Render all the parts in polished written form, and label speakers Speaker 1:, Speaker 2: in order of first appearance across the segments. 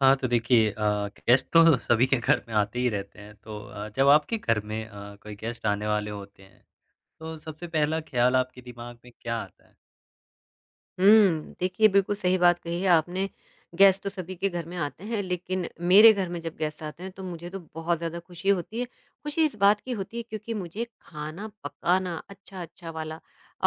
Speaker 1: हाँ, तो देखिए गेस्ट तो सभी के घर में आते ही रहते हैं, तो जब आपके घर में कोई गेस्ट आने वाले होते हैं, तो सबसे पहला ख़्याल आपके दिमाग में क्या आता है?
Speaker 2: हुँ, देखिए बिल्कुल सही बात कही है आपने। गेस्ट तो सभी के घर में आते हैं, लेकिन मेरे घर में जब गेस्ट आते हैं तो मुझे तो बहुत ज़्यादा खुशी होती है। खुशी इस बात की होती है क्योंकि मुझे खाना पकाना अच्छा-अच्छा वाला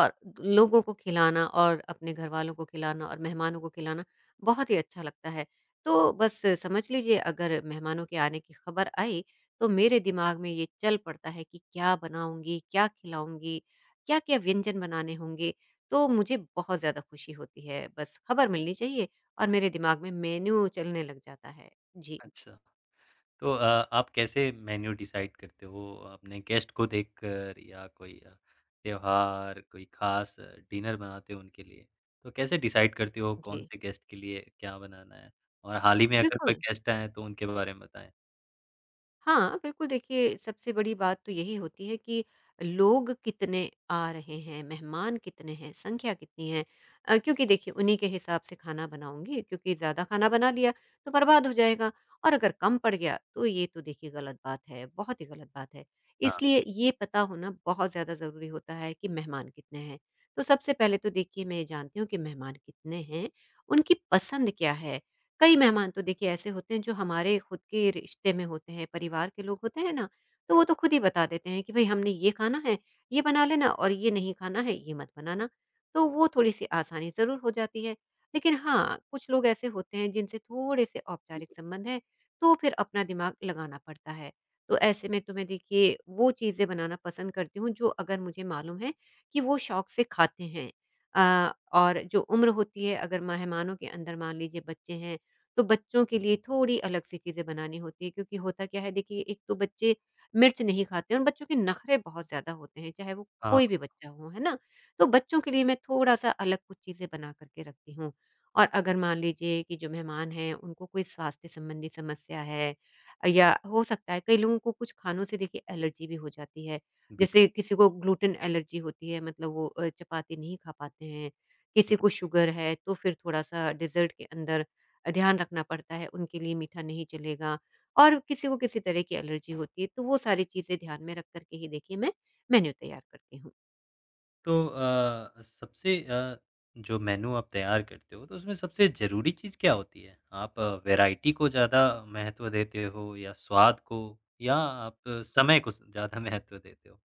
Speaker 2: और लोगों को खिलाना और अपने घरवालों को खिलाना और मेहमानों को खिलाना बहुत ही अच्छा लगता है। तो बस समझ लीजिए अगर मेहमानों के आने की खबर आई तो मेरे दिमाग में ये चल पड़ता है कि क्या बनाऊँगी, क्या खिलाऊँगी, क्या-क्या व्यंजन बनाने होंगे। तो मुझे बहुत ज़्यादा खुशी होती है। बस खबर मिलनी चाहिए और मेरे दिमाग में मेन्यू चलने लग जाता है। जी,
Speaker 1: अच्छा। तो आप कैसे मेन्यू डिसाइड करते हो अपने गेस्ट को देखकर या कोई त्योहार, कोई ख़ास डिनर बनाते हो उनके लिए? तो कैसे डिसाइड करते हो कौन
Speaker 2: जी।
Speaker 1: से गेस्ट के लिए क्या बनाना है? और हाल ही में अगर कोई
Speaker 2: बिल्कुल।
Speaker 1: गेस्ट आएँ, तो उनके बारे में बताएँ?
Speaker 2: हाँ, बिल्कुल देखिए सबसे बड़ी बात तो यही होती है कि लोग कितने आ रहे हैं, मेहमान कितने हैं, संख्या कितनी है। क्योंकि देखिए उन्हीं के हिसाब से खाना बनाऊँगी क्योंकि ज़्यादा खाना बना लिया तो बर्बाद हो जाएगा और अगर कम पड़ गया तो ये तो देखिए गलत बात है, बहुत ही गलत बात है।
Speaker 1: हाँ,
Speaker 2: इसलिए ये पता होना बहुत ज़्यादा ज़रूरी होता है कि मेहमान कितने हैं। तो सबसे पहले तो देखिए मैं ये जानती हूँ कि मेहमान कितने हैं, उनकी पसंद क्या है? कई मेहमान तो देखिए ऐसे होते हैं जो हमारे खुद के रिश्ते में होते हैं, परिवार के लोग होते हैं ना, तो वो तो खुद ही बता देते हैं कि भई हमने ये खाना है, ये बना लेना और ये नहीं खाना है, ये मत बनाना। तो वो थोड़ी-सी आसानी ज़रूर हो जाती है। लेकिन हाँ, कुछ लोग ऐसे होते हैं जिनसे थोड़े-से औपचारिक संबंध हैं, तो फिर अपना दिमाग लगाना पड़ता है। तो ऐसे में तो मैं देखिए वो चीज़ें बनाना पसंद करती हूँ जो अगर मुझे मालूम है कि वो शौक से खाते हैं। अ, और जो उम्र होती है अगर मेहमानों के अंदर मान लीजिए बच्चे हैं तो बच्चों के लिए थोड़ी अलग सी चीज़ें बनानी होती है क्योंकि होता क्या है देखिए एक तो बच्चे मिर्च नहीं खाते और बच्चों के नखरे बहुत ज़्यादा होते हैं, चाहे वो
Speaker 1: हाँ,
Speaker 2: कोई भी बच्चा हो, है ना? तो बच्चों के लिए मैं थोड़ा-सा अलग कुछ चीज़ें बना कर के रखती हूँ और अगर मान लीजिए कि जो मेहमान हैं उनको कोई स्वास्थ्य संबंधी समस्या है या हो सकता है कई लोगों को कुछ खानों से देखिए एलर्जी भी हो जाती है।
Speaker 1: बिल्कुल।
Speaker 2: जैसे किसी को ग्लूटेन एलर्जी होती है मतलब वो चपाती नहीं खा पाते हैं, किसी को शुगर है तो फिर थोड़ा-सा डेज़र्ट के अंदर ध्यान रखना पड़ता है, उनके लिए मीठा नहीं चलेगा और किसी को किसी तरह की एलर्जी होती है, तो वो सारी चीज़ें ध्यान में रख कर के ही देखिए मैं मेन्यू तैयार करती हूँ।
Speaker 1: तो सबसे जो मेनू आप तैयार करते हो तो उसमें सबसे ज़रूरी चीज़ क्या होती है? आप वैरायटी को ज़्यादा महत्व देते हो या स्वाद को या आप समय को स ज़्यादा महत्व देते हो?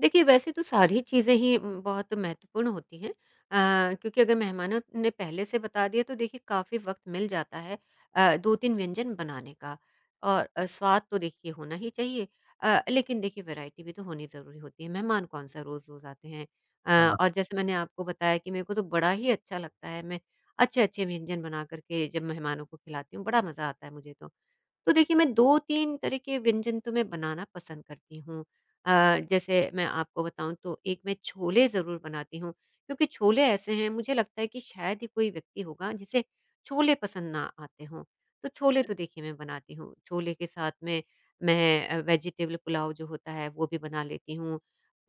Speaker 2: देखिए, वैसे तो सारी चीज़ें ही बहुत महत्वपूर्ण होती हैं। क्योंकि अगर मेहमानों ने पहले से बता दिया तो देखिए काफ़ी वक़्त मिल जाता है 2-3 व्यंजन बनाने का, और स्वाद तो देखिए होना ही चाहिए, लेकिन देखिए वैरायटी भी तो होनी ज़रूरी होती है, मेहमान कौन-सा रोज़-रोज़ आते हैं।
Speaker 1: हाँ,
Speaker 2: और जैसे मैंने आपको बताया कि मेरे को तो बड़ा ही अच्छा लगता है, मैं अच्छे-अच्छे व्यंजन बना कर के जब मेहमानों को खिलाती हूँ, बड़ा मज़ा आता है मुझे तो। तो देखिए मैं 2-3 तरह के व्यंजन तो मैं बनाना पसंद करती हूँ। जैसे मैं आपको बताऊँ तो एक मैं छोले ज़रूर बनाती हूँ, क्योंकि छोले ऐसे हैं मुझे लगता है कि शायद ही कोई व्यक्ति होगा जिसे छोले पसंद ना आते हों। तो छोले तो देखिए मैं बनाती हूँ, छोले के साथ में मैं वेजिटेबल पुलाव जो होता है वो भी बना लेती हूँ,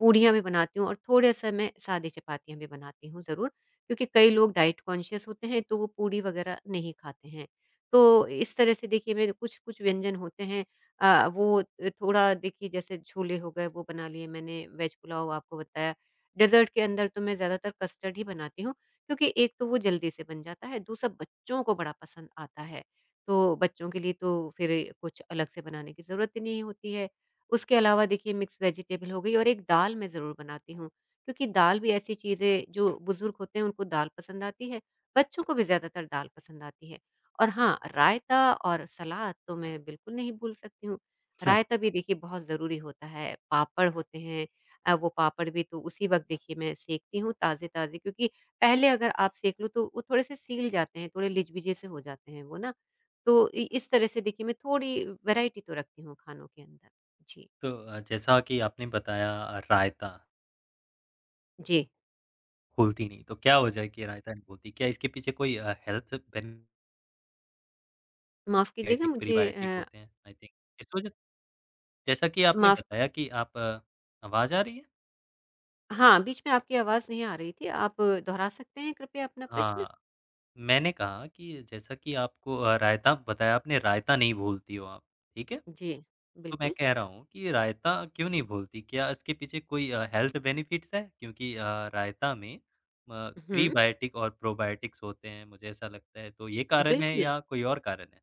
Speaker 2: पूड़ियाँ भी बनाती हूँ और थोड़े-सा मैं सादी चपातियाँ भी बनाती हूँ ज़रूर, क्योंकि कई लोग डाइट कॉन्शियस होते हैं तो वो पूड़ी वग़ैरह नहीं खाते हैं। तो इस तरह से देखिए मेरे कुछ-कुछ व्यंजन होते हैं। वो थोड़ा देखिए जैसे छोले हो गए वो बना लिए मैंने, वेज पुलाव आपको बताया। डेज़र्ट के अंदर तो मैं ज़्यादातर कस्टर्ड ही बनाती हूँ क्योंकि एक तो वो जल्दी से बन जाता है, दूसरा बच्चों को बड़ा पसंद आता है। तो बच्चों के लिए तो फिर कुछ अलग से बनाने की ज़रूरत ही नहीं होती है। उसके अलावा देखिए मिक्स वेजिटेबल हो गई और एक दाल मैं ज़रूर बनाती हूँ क्योंकि दाल भी ऐसी चीज़ है जो बुज़ुर्ग होते हैं उनको दाल पसंद आती है, बच्चों को भी ज़्यादातर दाल पसंद आती है। और हाँ, रायता और सलाद तो मैं बिल्कुल नहीं भूल सकती हूँ। रायता भी देखिए बहुत ज़रूरी होता है, पापड़ होते हैं, वो पापड़ भी तो उसी वक़्त देखिए मैं सेंकती हूँ ताज़े-ताज़े क्योंकि पहले अगर आप सेंक लो तो वो थोड़े-से सील जाते हैं, थोड़े लिजबीजे से हो जाते हैं वो ना। तो इ इस तरह से देखिए मैं थोड़ी वैरायटी तो रखती हूँ खानों के अंदर। जी,
Speaker 1: तो जैसा कि आपने बताया रायता
Speaker 2: जी।
Speaker 1: घुलती नहीं, तो क्या वजह है कि रायता नहीं घुलती? क्या इसके पीछे कोई हेल्थ बेनेफिट
Speaker 2: माफ़ कीजिएगा मुझे
Speaker 1: प्रीबायोटिक
Speaker 2: अ,
Speaker 1: होते हैं आई थिंक? इस वजह जैसा कि आपने
Speaker 2: माफ़
Speaker 1: बताया कि आप आवाज़ आ रही है?
Speaker 2: हाँ, बीच में आपकी आवाज़ नहीं आ रही थी। आप दोहरा सकते हैं कृपया अपना प्रश्न?
Speaker 1: हाँ। मैंने कहा कि जैसा कि आपको रायता बताया आपने रायता नहीं भूलती हो आप, ठीक है?
Speaker 2: जी,
Speaker 1: तो मैं
Speaker 2: बिल्कुल।
Speaker 1: कह रहा हूँ कि रायता क्यों नहीं भूलती? क्या इसके पीछे कोई हेल्थ बेनिफिट्स हैं? क्योंकि रायता में
Speaker 2: हुँ,
Speaker 1: प्रीबायोटिक और प्रोबायोटिक्स होते हैं, मुझे ऐसा लगता है। तो ये कारण है
Speaker 2: बिल्कुल।
Speaker 1: या कोई और कारण है?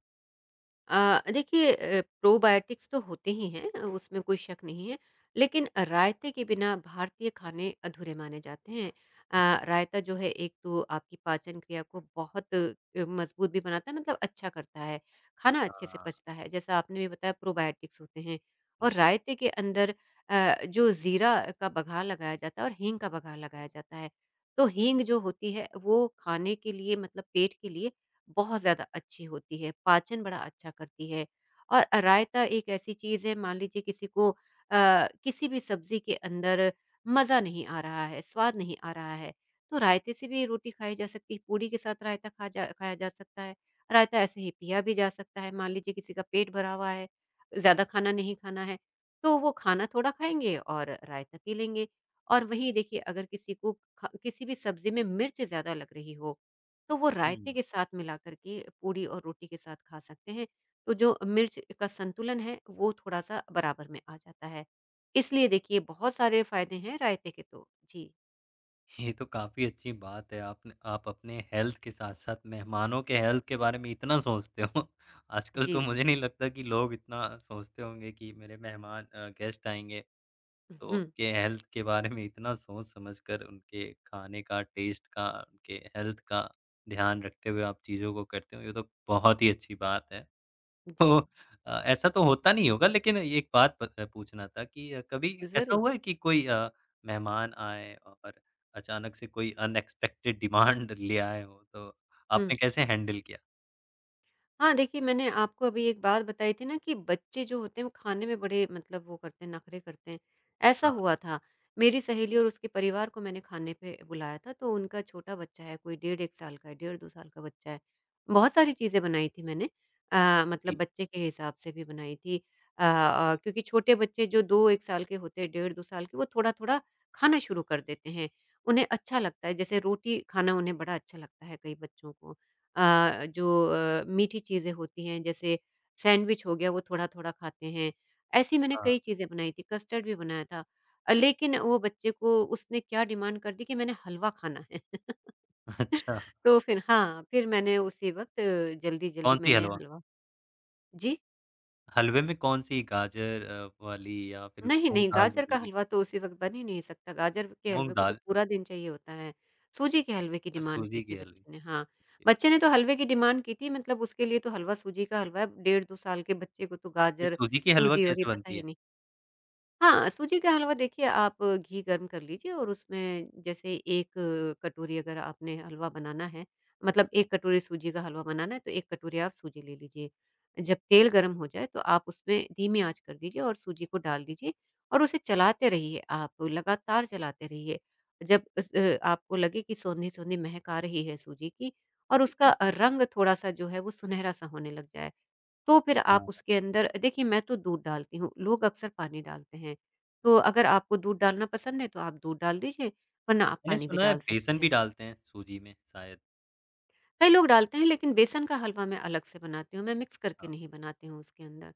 Speaker 2: देखिए प्रोबायोटिक्स तो होते ही हैं, उसमें कोई शक नहीं है, लेकिन रायते के बिना भारतीय खाने अधूरे माने जाते हैं। रायता जो है एक तो आपकी पाचन क्रिया को बहुत मज़बूत भी बनाता है मतलब अच्छा करता है, खाना अच्छे से
Speaker 1: अच्छा,
Speaker 2: पचता है जैसा आपने भी बताया प्रोबायोटिक्स होते हैं। और
Speaker 1: जी।
Speaker 2: रायते के अंदर जो ज़ीरा का बघार लगाया जाता है और हींग का बघार लगाया जाता है, तो हींग जो होती है वो खाने के लिए मतलब पेट के लिए बहुत ज़्यादा अच्छी होती है, पाचन बड़ा अच्छा करती है। और रायता एक ऐसी चीज़ है मान लीजिए किसी को किसी भी सब्ज़ी के अंदर मज़ा नहीं आ रहा है, स्वाद नहीं आ रहा है, तो रायते से भी रोटी खाई जा सकती है, पूड़ी के साथ रायता खा जा खाया जा सकता है। रायता ऐसे ही पिया भी जा सकता है, मान लीजिए किसी का पेट भरा हुआ है, ज़्यादा खाना नहीं खाना है, तो वो खाना थोड़ा खाएँगे और रायता पी लेंगे। और वहीं देखिए अगर किसी को ख किसी भी सब्ज़ी में मिर्च ज़्यादा लग रही हो, तो वो रायते
Speaker 1: हुँ।
Speaker 2: के साथ मिला कर के पूड़ी और रोटी के साथ खा सकते हैं। तो जो मिर्च का संतुलन है, वो थोड़ा-सा बराबर में आ जाता है। इसलिए देखिए बहुत सारे फ़ायदे हैं रायते के तो। जी,
Speaker 1: ये तो काफ़ी अच्छी बात है। आपने आप अपने हेल्थ के साथ-साथ मेहमानों के हेल्थ के बारे में इतना सोचते हो। आजकल
Speaker 2: जी।
Speaker 1: तो मुझे नहीं लगता कि लोग इतना सोचते होंगे कि मेरे मेहमान गेस्ट आएँगे तो
Speaker 2: हुँ,
Speaker 1: उनके हेल्थ के बारे में इतना सोच समझ कर उनके खाने का, टेस्ट का, उनके हेल्थ का ध्यान रखते हुए आप चीज़ों को करते हो। ये तो बहुत ही अच्छी बात है। तो
Speaker 2: जी।
Speaker 1: ऐसा तो होता नहीं होगा लेकिन एक बात पत पूछना था कि कभी ऐसा
Speaker 2: ज़रूर।
Speaker 1: हुआ है कि कोई मेहमान आए और अचानक से कोई अनएक्सपेक्टेड डिमांड ले आए हों, तो
Speaker 2: हुँ।
Speaker 1: आपने कैसे हैंडल किया?
Speaker 2: हाँ, देखिए मैंने आपको अभी एक बात बताई थी ना कि बच्चे जो होते हैं वो खाने में बड़े मतलब वो करते हैं, नखरे करते हैं। ऐसा
Speaker 1: हाँ,
Speaker 2: हुआ था, मेरी सहेली और उसके परिवार को मैंने खाने पे बुलाया था तो उनका छोटा बच्चा है, कोई डेढ़ 1 साल का है, डेढ़ 2 साल का बच्चा है। बहुत सारी चीज़ें बनाई थी मैंने, मतलब
Speaker 1: जी।
Speaker 2: बच्चे के हिसाब से भी बनाई थी, क्योंकि छोटे बच्चे जो 2-1 साल के होते हैं, डेढ़ 2 साल के वो थोड़ा-थोड़ा खाना शुरू कर देते हैं। उन्हें अच्छा लगता है, जैसे रोटी खाना उन्हें बड़ा अच्छा लगता है कई बच्चों को। जो मीठी चीज़ें होती हैं जैसे सैंडविच हो गया वो थोड़ा-थोड़ा खाते हैं। ऐसी मैंने
Speaker 1: हाँ,
Speaker 2: कई चीज़ें बनाई थी, कस्टर्ड भी बनाया था। लेकिन वो बच्चे को उसने क्या डिमांड कर दी कि मैंने हलवा खाना है।
Speaker 1: अच्छा,
Speaker 2: तो फिर हाँ, फिर मैंने उसी वक़्त जल्दी-जल्दी
Speaker 1: कौन-सी
Speaker 2: मैंने
Speaker 1: हलवा?
Speaker 2: हलवा। जी?
Speaker 1: हलवे में कौन-सी गाजर वाली या फिर
Speaker 2: नहीं,
Speaker 1: मूँग
Speaker 2: नहीं,
Speaker 1: दाल
Speaker 2: गाजर का
Speaker 1: वाली?
Speaker 2: हलवा तो उसी वक़्त बन ही नहीं सकता, गाजर के हलवे
Speaker 1: मूँग
Speaker 2: को तो
Speaker 1: दाल
Speaker 2: पूरा दिन चाहिए होता है। सूजी के हलवे की
Speaker 1: या
Speaker 2: डिमांड की
Speaker 1: सूजी
Speaker 2: थी
Speaker 1: की हलवे?
Speaker 2: बच्चे ने, हाँ। बच्चे ने तो हलवे की डिमांड की थी मतलब उसके लिए तो हलवा सूजी का हलवा है, डेढ़ 2 साल के बच्चे को तो
Speaker 1: ये
Speaker 2: गाजर,
Speaker 1: सूजी की हलवा
Speaker 2: सूजी और ये
Speaker 1: कैसे
Speaker 2: पता
Speaker 1: बनती
Speaker 2: ही
Speaker 1: है?
Speaker 2: नहीं। हाँ, सूजी का हलवा देखिए आप घी गर्म कर लीजिए और उसमें जैसे 1 कटोरी अगर आपने हलवा बनाना है, मतलब 1 कटोरी सूजी का हलवा बनाना है तो 1 कटोरी आप सूजी ले लीजिए। जब तेल गर्म हो जाए तो आप उसमें धीमी आँच कर दीजिए और सूजी को डाल दीजिए और उसे चलाते रहिए आप, लगातार चलाते रहिए। जब आपको लगे कि सोंधी-सोंधी महक आ रही है सूजी की और
Speaker 1: ठीक
Speaker 2: उसका
Speaker 1: है।
Speaker 2: रंग थोड़ा-सा जो है वो सुनहरा-सा होने लग जाए, तो फिर आप
Speaker 1: हाँ,
Speaker 2: उसके अंदर देखिए मैं तो दूध डालती हूँ, लोग अक्सर पानी डालते हैं। तो अगर आपको दूध डालना पसंद है तो आप दूध डाल दीजिए, वरना आप
Speaker 1: मैंने
Speaker 2: पानी भी
Speaker 1: सुना है
Speaker 2: डाल सकते
Speaker 1: बेसन भी
Speaker 2: हैं।
Speaker 1: डालते हैं सूजी में शायद।
Speaker 2: कई लोग डालते हैं लेकिन बेसन का हलवा मैं अलग से बनाती हूँ, मैं मिक्स करके
Speaker 1: हाँ,
Speaker 2: नहीं बनाती हूँ उसके अंदर।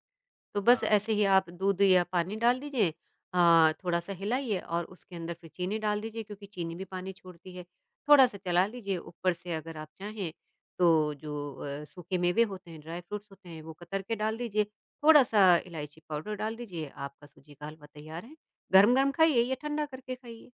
Speaker 2: तो बस
Speaker 1: हाँ।
Speaker 2: ऐसे ही आप दूध या पानी डाल दीजिए, थोड़ा-सा हिलाइए और उसके अंदर फिर चीनी डाल दीजिए क्योंकि चीनी भी पानी छोड़ती है। थोड़ा-सा चला लीजिए, ऊपर से अगर आप चाहें तो जो सूखे मेवे होते हैं, ड्राई फ्रूट्स होते हैं वो कतर के डाल दीजिए, थोड़ा-सा इलायची पाउडर डाल दीजिए, आपका सूजी का हलवा तैयार है। गरम-गरम खाइए या ठंडा करके खाइए।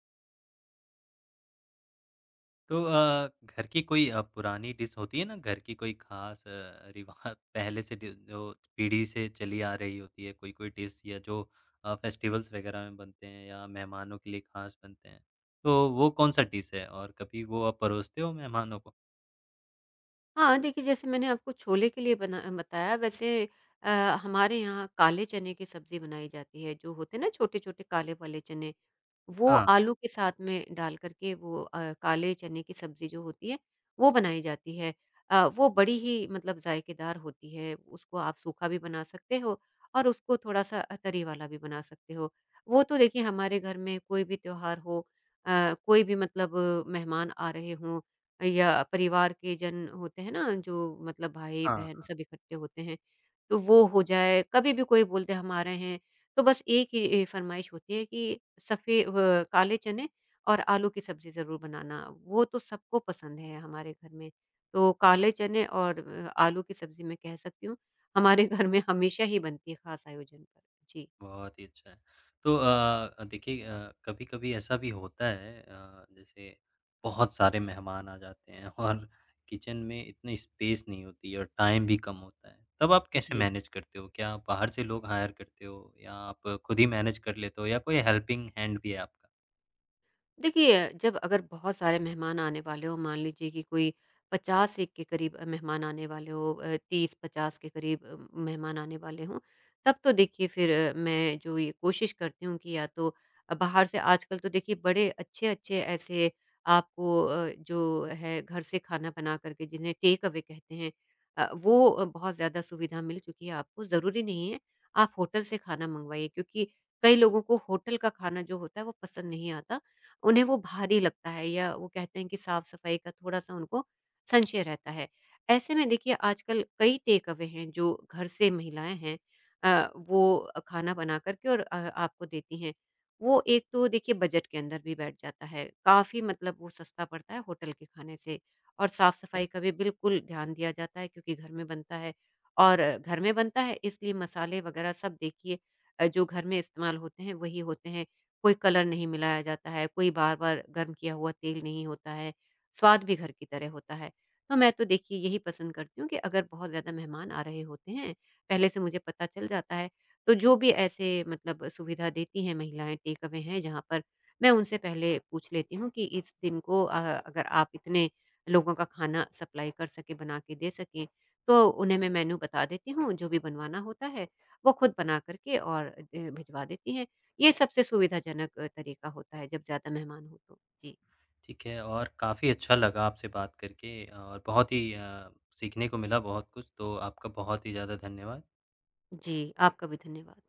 Speaker 1: तो घर की कोई पुरानी डिश होती है ना, घर की कोई ख़ास रिवाज पहले से डि जो पीढ़ी से चली आ रही होती है, कोई-कोई डिश या जो फेस्टिवल्स वगैरह में बनते हैं या मेहमानों के लिए ख़ास बनते हैं। तो वो कौन-सा डिश है और कभी वो आप परोसते हो मेहमानों को?
Speaker 2: हाँ, देखिए जैसे मैंने आपको छोले के लिए बना बताया वैसे अ, हमारे यहाँ काले चने की सब्ज़ी बनाई जाती है, जो होते हैं ना छोटे-छोटे काले वाले चने। वो
Speaker 1: हाँ,
Speaker 2: आलू के साथ में डाल कर के वो काले चने की सब्ज़ी जो होती है, वो बनाई जाती है। वो बड़ी ही मतलब ज़ायकेदार होती है, उसको आप सूखा भी बना सकते हो और उसको थोड़ा-सा तरी वाला भी बना सकते हो। वो तो देखिए हमारे घर में कोई भी त्योहार हो, कोई भी मतलब मेहमान आ रहे हों या परिवार के जन होते हैं ना, जो मतलब भाई-बहन
Speaker 1: हाँ।
Speaker 2: सब इकट्ठे होते हैं, तो वो हो जाए। कभी भी कोई बोलते हम आ रहे हैं तो बस एक ही फरमाइश होती है कि काले चने और आलू की सब्ज़ी ज़रूर बनाना। वो तो सबको पसंद है हमारे घर में। तो काले चने और आलू की सब्ज़ी मैं कह सकती हूँ, हमारे घर में हमेशा ही बनती है ख़ास आयोजन पर। जी।
Speaker 1: बहुत ही अच्छा है। तो देखिए कभी-कभी ऐसा भी होता है जैसे बहुत सारे मेहमान आ जाते हैं और किचन में इतनी स्पेस नहीं होती और टाइम भी कम होता है। तब आप कैसे
Speaker 2: जी।
Speaker 1: मैनेज करते हो? क्या आप बाहर से लोग हायर करते हो या आप खुद ही मैनेज कर लेते हो या कोई हेल्पिंग हैंड भी है आपका?
Speaker 2: देखिए, जब अगर बहुत सारे मेहमान आने वाले हों, मान लीजिए कि कोई 50-1 के करीब मेहमान आने वाले हों, 30-50 के करीब मेहमान आने वाले हों, तब तो देखिए फिर मैं जो ये कोशिश करती हूँ कि या तो बाहर से आजकल तो देखिए बड़े अच्छे-अच्छे ऐसे आपको जो है घर से खाना बना कर के जिन्हें टेक अवे कहते हैं, वो बहुत ज़्यादा सुविधा मिल चुकी है आपको, ज़रूरी नहीं है आप होटल से खाना मँगवाइए क्योंकि कई लोगों को होटल का खाना जो होता है वो पसंद नहीं आता, उन्हें वो भारी लगता है या वो कहते हैं कि साफ-सफाई का थोड़ा-सा उनको संशय रहता है। ऐसे में देखिए आजकल कई टेक अवे हैं जो घर से महिलाएँ हैं, वो खाना बना कर के और आपको देती हैं। वो एक तो देखिए बजट के अंदर भी बैठ जाता है, काफ़ी मतलब वो सस्ता पड़ता है होटल के खाने से और
Speaker 1: क्या?
Speaker 2: साफ-सफाई का भी बिल्कुल ध्यान दिया जाता है क्योंकि घर में बनता है, और घर में बनता है इसलिए मसाले वगैरह सब देखिए जो घर में इस्तेमाल होते हैं वही होते हैं। कोई कलर नहीं मिलाया जाता है, कोई बार-बार गर्म किया हुआ तेल नहीं होता है, स्वाद भी घर की तरह होता है। तो मैं तो देखिए यही पसंद करती हूँ कि अगर बहुत ज़्यादा मेहमान आ रहे होते हैं, पहले से मुझे पता चल जाता है, तो जो भी ऐसे मतलब सुविधा देती हैं महिलाएँ, टेक अवे हैं जहाँ पर, मैं उनसे पहले पूछ लेती हूँ कि इस दिन को अगर आप इतने लोगों का खाना सप्लाई कर सकें, बना के दे सकें, तो उन्हें मैं मेन्यू बता देती हूँ, जो भी बनवाना होता है, वो खुद बना कर के और भिजवा देती हैं। ये सबसे सुविधाजनक तरीका होता है जब ज़्यादा मेहमान हो तो। जी।
Speaker 1: ठीक है और काफ़ी अच्छा लगा आपसे बात करके और बहुत ही सीखने को मिला बहुत कुछ। तो आपका बहुत ही ज़्यादा धन्यवाद।
Speaker 2: जी, आपका भी धन्यवाद।